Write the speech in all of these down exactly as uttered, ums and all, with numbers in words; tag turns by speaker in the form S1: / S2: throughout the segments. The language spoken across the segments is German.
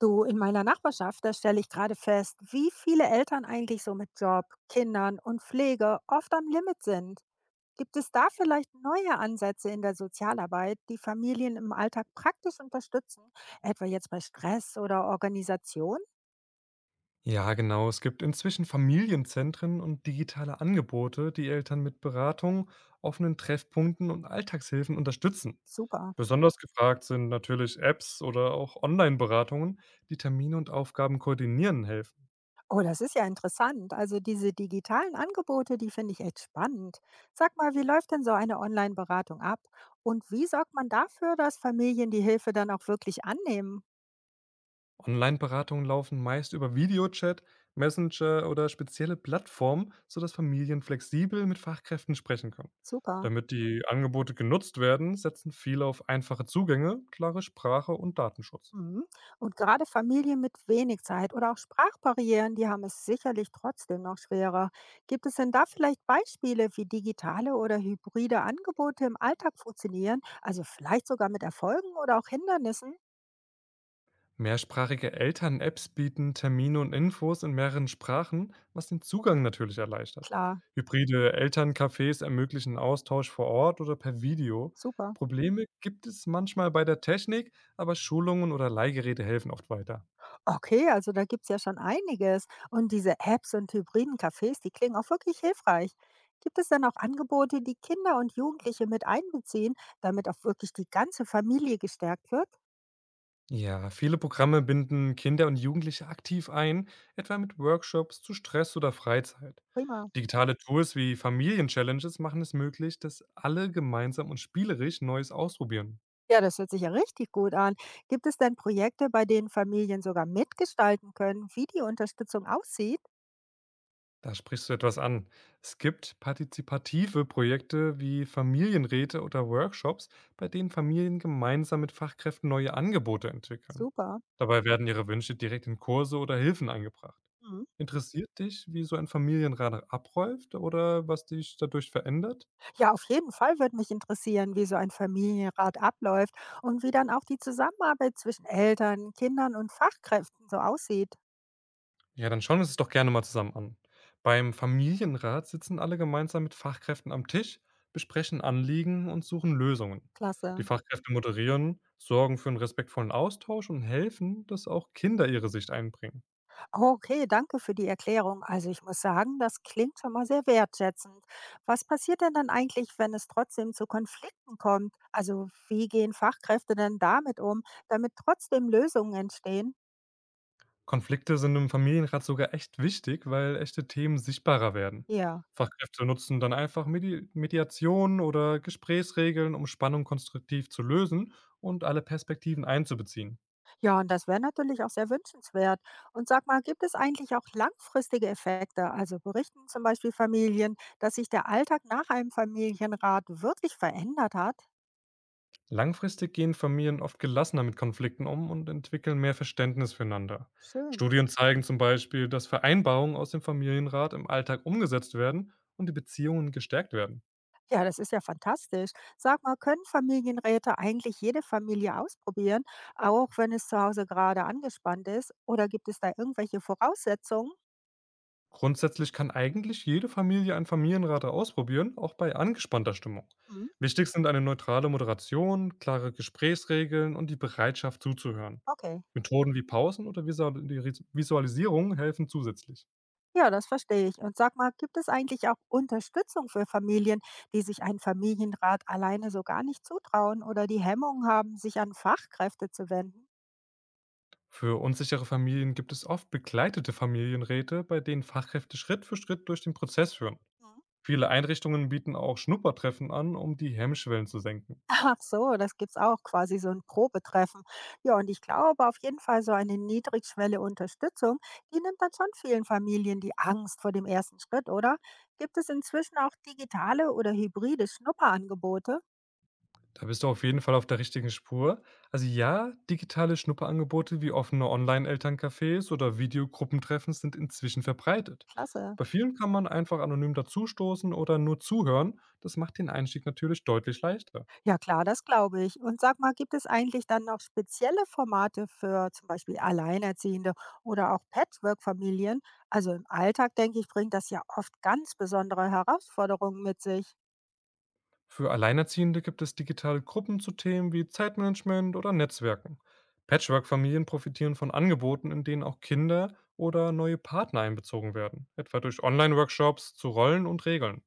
S1: Du, in meiner Nachbarschaft, da stelle ich gerade fest, wie viele Eltern eigentlich so mit Job, Kindern und Pflege oft am Limit sind. Gibt es da vielleicht neue Ansätze in der Sozialarbeit, die Familien im Alltag praktisch unterstützen, etwa jetzt bei Stress oder Organisation?
S2: Ja, genau. Es gibt inzwischen Familienzentren und digitale Angebote, die Eltern mit Beratung, offenen Treffpunkten und Alltagshilfen unterstützen.
S1: Super.
S2: Besonders gefragt sind natürlich Apps oder auch Online-Beratungen, die Termine und Aufgaben koordinieren helfen.
S1: Oh, das ist ja interessant. Also diese digitalen Angebote, die finde ich echt spannend. Sag mal, wie läuft denn so eine Online-Beratung ab? Und wie sorgt man dafür, dass Familien die Hilfe dann auch wirklich annehmen?
S2: Online-Beratungen laufen meist über Videochat, Messenger oder spezielle Plattformen, sodass Familien flexibel mit Fachkräften sprechen können.
S1: Super.
S2: Damit die Angebote genutzt werden, setzen viele auf einfache Zugänge, klare Sprache und Datenschutz.
S1: Mhm. Und gerade Familien mit wenig Zeit oder auch Sprachbarrieren, die haben es sicherlich trotzdem noch schwerer. Gibt es denn da vielleicht Beispiele, wie digitale oder hybride Angebote im Alltag funktionieren? Also vielleicht sogar mit Erfolgen oder auch Hindernissen?
S2: Mehrsprachige Eltern-Apps bieten Termine und Infos in mehreren Sprachen, was den Zugang natürlich erleichtert.
S1: Klar,
S2: Hybride Elterncafés ermöglichen Austausch vor Ort oder per Video.
S1: super.
S2: Probleme gibt es manchmal bei der Technik, aber Schulungen oder Leihgeräte helfen oft weiter.
S1: Okay, also da gibt es ja schon einiges. Und diese Apps und hybriden Cafés, die klingen auch wirklich hilfreich. Gibt es denn auch Angebote, die Kinder und Jugendliche mit einbeziehen, damit auch wirklich die ganze Familie gestärkt wird?
S2: Ja, viele Programme binden Kinder und Jugendliche aktiv ein, etwa mit Workshops zu Stress oder Freizeit.
S1: Prima.
S2: Digitale Tools wie Familienchallenges machen es möglich, dass alle gemeinsam und spielerisch Neues ausprobieren.
S1: Ja, das hört sich ja richtig gut an. Gibt es denn Projekte, bei denen Familien sogar mitgestalten können, wie die Unterstützung aussieht?
S2: Da sprichst du etwas an. Es gibt partizipative Projekte wie Familienräte oder Workshops, bei denen Familien gemeinsam mit Fachkräften neue Angebote entwickeln.
S1: Super.
S2: Dabei werden ihre Wünsche direkt in Kurse oder Hilfen eingebracht.
S1: Mhm.
S2: Interessiert dich, wie so ein Familienrat abläuft oder was dich dadurch verändert?
S1: Ja, auf jeden Fall würde mich interessieren, wie so ein Familienrat abläuft und wie dann auch die Zusammenarbeit zwischen Eltern, Kindern und Fachkräften so aussieht.
S2: Ja, dann schauen wir uns das doch gerne mal zusammen an. Beim Familienrat sitzen alle gemeinsam mit Fachkräften am Tisch, besprechen Anliegen und suchen Lösungen. Die
S1: Klasse.
S2: Fachkräfte moderieren, sorgen für einen respektvollen Austausch und helfen, dass auch Kinder ihre Sicht einbringen.
S1: Okay, danke für die Erklärung. Also ich muss sagen, das klingt schon mal sehr wertschätzend. Was passiert denn dann eigentlich, wenn es trotzdem zu Konflikten kommt? Also wie gehen Fachkräfte denn damit um, damit trotzdem Lösungen entstehen?
S2: Konflikte sind im Familienrat sogar echt wichtig, weil echte Themen sichtbarer werden.
S1: Ja,
S2: Fachkräfte nutzen dann einfach Medi Mediation oder Gesprächsregeln, um Spannung konstruktiv zu lösen und alle Perspektiven einzubeziehen.
S1: ja, und das wäre natürlich auch sehr wünschenswert. Und sag mal, gibt es eigentlich auch langfristige Effekte? Also berichten zum Beispiel Familien, dass sich der Alltag nach einem Familienrat wirklich verändert hat?
S2: Langfristig gehen Familien oft gelassener mit Konflikten um und entwickeln mehr Verständnis füreinander.
S1: Schön.
S2: Studien zeigen zum Beispiel, dass Vereinbarungen aus dem Familienrat im Alltag umgesetzt werden und die Beziehungen gestärkt werden.
S1: Ja, das ist ja fantastisch. Sag mal, können Familienräte eigentlich jede Familie ausprobieren, auch wenn es zu Hause gerade angespannt ist? Oder gibt es da irgendwelche Voraussetzungen?
S2: Grundsätzlich kann eigentlich jede Familie einen Familienrat ausprobieren, auch bei angespannter Stimmung.
S1: Hm,
S2: Wichtig sind eine neutrale Moderation, klare Gesprächsregeln und die Bereitschaft zuzuhören.
S1: okay.
S2: Methoden wie Pausen oder Visual- Visualisierung helfen zusätzlich.
S1: Ja, das verstehe ich. Und sag mal, gibt es eigentlich auch Unterstützung für Familien, die sich einen Familienrat alleine so gar nicht zutrauen oder die Hemmungen haben, sich an Fachkräfte zu wenden?
S2: Für unsichere Familien gibt es oft begleitete Familienräte, bei denen Fachkräfte Schritt für Schritt durch den Prozess führen.
S1: Hm.
S2: Viele Einrichtungen bieten auch Schnuppertreffen an, um die Hemmschwellen zu senken.
S1: Ach so, das gibt's auch, quasi so ein Probetreffen. Ja, und ich glaube auf jeden Fall so eine niedrigschwellige Unterstützung, die nimmt dann schon vielen Familien die Angst vor dem ersten Schritt, oder? Gibt es inzwischen auch digitale oder hybride Schnupperangebote?
S2: Da bist du auf jeden Fall auf der richtigen Spur. Also ja, digitale Schnupperangebote wie offene Online-Elterncafés oder Videogruppentreffen sind inzwischen verbreitet.
S1: Klasse.
S2: Bei vielen kann man einfach anonym dazustoßen oder nur zuhören. Das macht den Einstieg natürlich deutlich leichter.
S1: Ja klar, das glaube ich. Und sag mal, gibt es eigentlich dann noch spezielle Formate für zum Beispiel Alleinerziehende oder auch Patchwork-Familien? Also im Alltag, denke ich, bringt das ja oft ganz besondere Herausforderungen mit sich.
S2: Für Alleinerziehende gibt es digitale Gruppen zu Themen wie Zeitmanagement oder Netzwerken. Patchwork-Familien profitieren von Angeboten, in denen auch Kinder oder neue Partner einbezogen werden, etwa durch Online-Workshops zu Rollen und Regeln.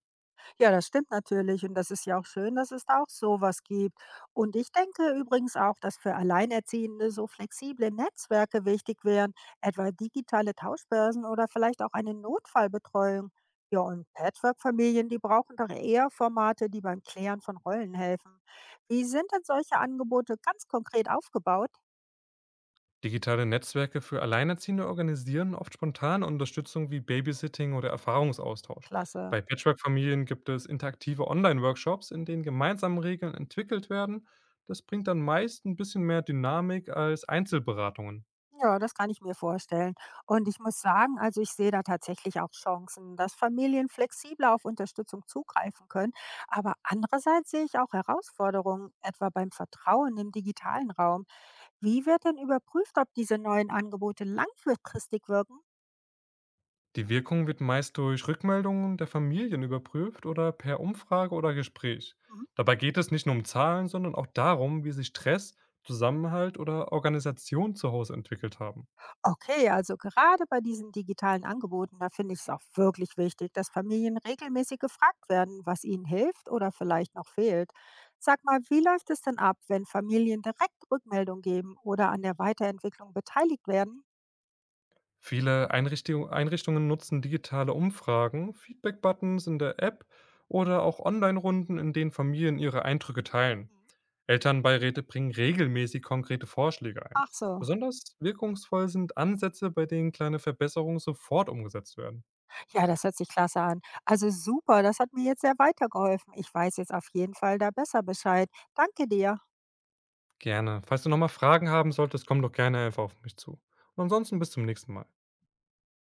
S1: Ja, das stimmt natürlich und das ist ja auch schön, dass es da auch sowas gibt. Und ich denke übrigens auch, dass für Alleinerziehende so flexible Netzwerke wichtig wären, etwa digitale Tauschbörsen oder vielleicht auch eine Notfallbetreuung. Ja, und Patchwork-Familien, die brauchen doch eher Formate, die beim Klären von Rollen helfen. Wie sind denn solche Angebote ganz konkret aufgebaut?
S2: Digitale Netzwerke für Alleinerziehende organisieren oft spontane Unterstützung wie Babysitting oder Erfahrungsaustausch.
S1: Klasse.
S2: Bei Patchwork-Familien gibt es interaktive Online-Workshops, in denen gemeinsame Regeln entwickelt werden. Das bringt dann meist ein bisschen mehr Dynamik als Einzelberatungen.
S1: Ja, das kann ich mir vorstellen. Und ich muss sagen, also ich sehe da tatsächlich auch Chancen, dass Familien flexibler auf Unterstützung zugreifen können. Aber andererseits sehe ich auch Herausforderungen, etwa beim Vertrauen im digitalen Raum. Wie wird denn überprüft, ob diese neuen Angebote langfristig wirken?
S2: Die Wirkung wird meist durch Rückmeldungen der Familien überprüft oder per Umfrage oder Gespräch. Dabei geht es nicht nur um Zahlen, sondern auch darum, wie sich Stress, Zusammenhalt oder Organisation zu Hause entwickelt haben.
S1: Okay, also gerade bei diesen digitalen Angeboten, da finde ich es auch wirklich wichtig, dass Familien regelmäßig gefragt werden, was ihnen hilft oder vielleicht noch fehlt. Sag mal, wie läuft es denn ab, wenn Familien direkt Rückmeldung geben oder an der Weiterentwicklung beteiligt werden?
S2: Viele Einrichtung- Einrichtungen nutzen digitale Umfragen, Feedback-Buttons in der App oder auch Online-Runden, in denen Familien ihre Eindrücke teilen.
S1: Mhm.
S2: Elternbeiräte bringen regelmäßig konkrete Vorschläge ein.
S1: Ach so.
S2: Besonders wirkungsvoll sind Ansätze, bei denen kleine Verbesserungen sofort umgesetzt werden.
S1: Ja, das hört sich klasse an. Also super, das hat mir jetzt sehr weitergeholfen. Ich weiß jetzt auf jeden Fall da besser Bescheid. Danke dir.
S2: Gerne. Falls du nochmal Fragen haben solltest, komm doch gerne einfach auf mich zu. Und ansonsten bis zum nächsten Mal.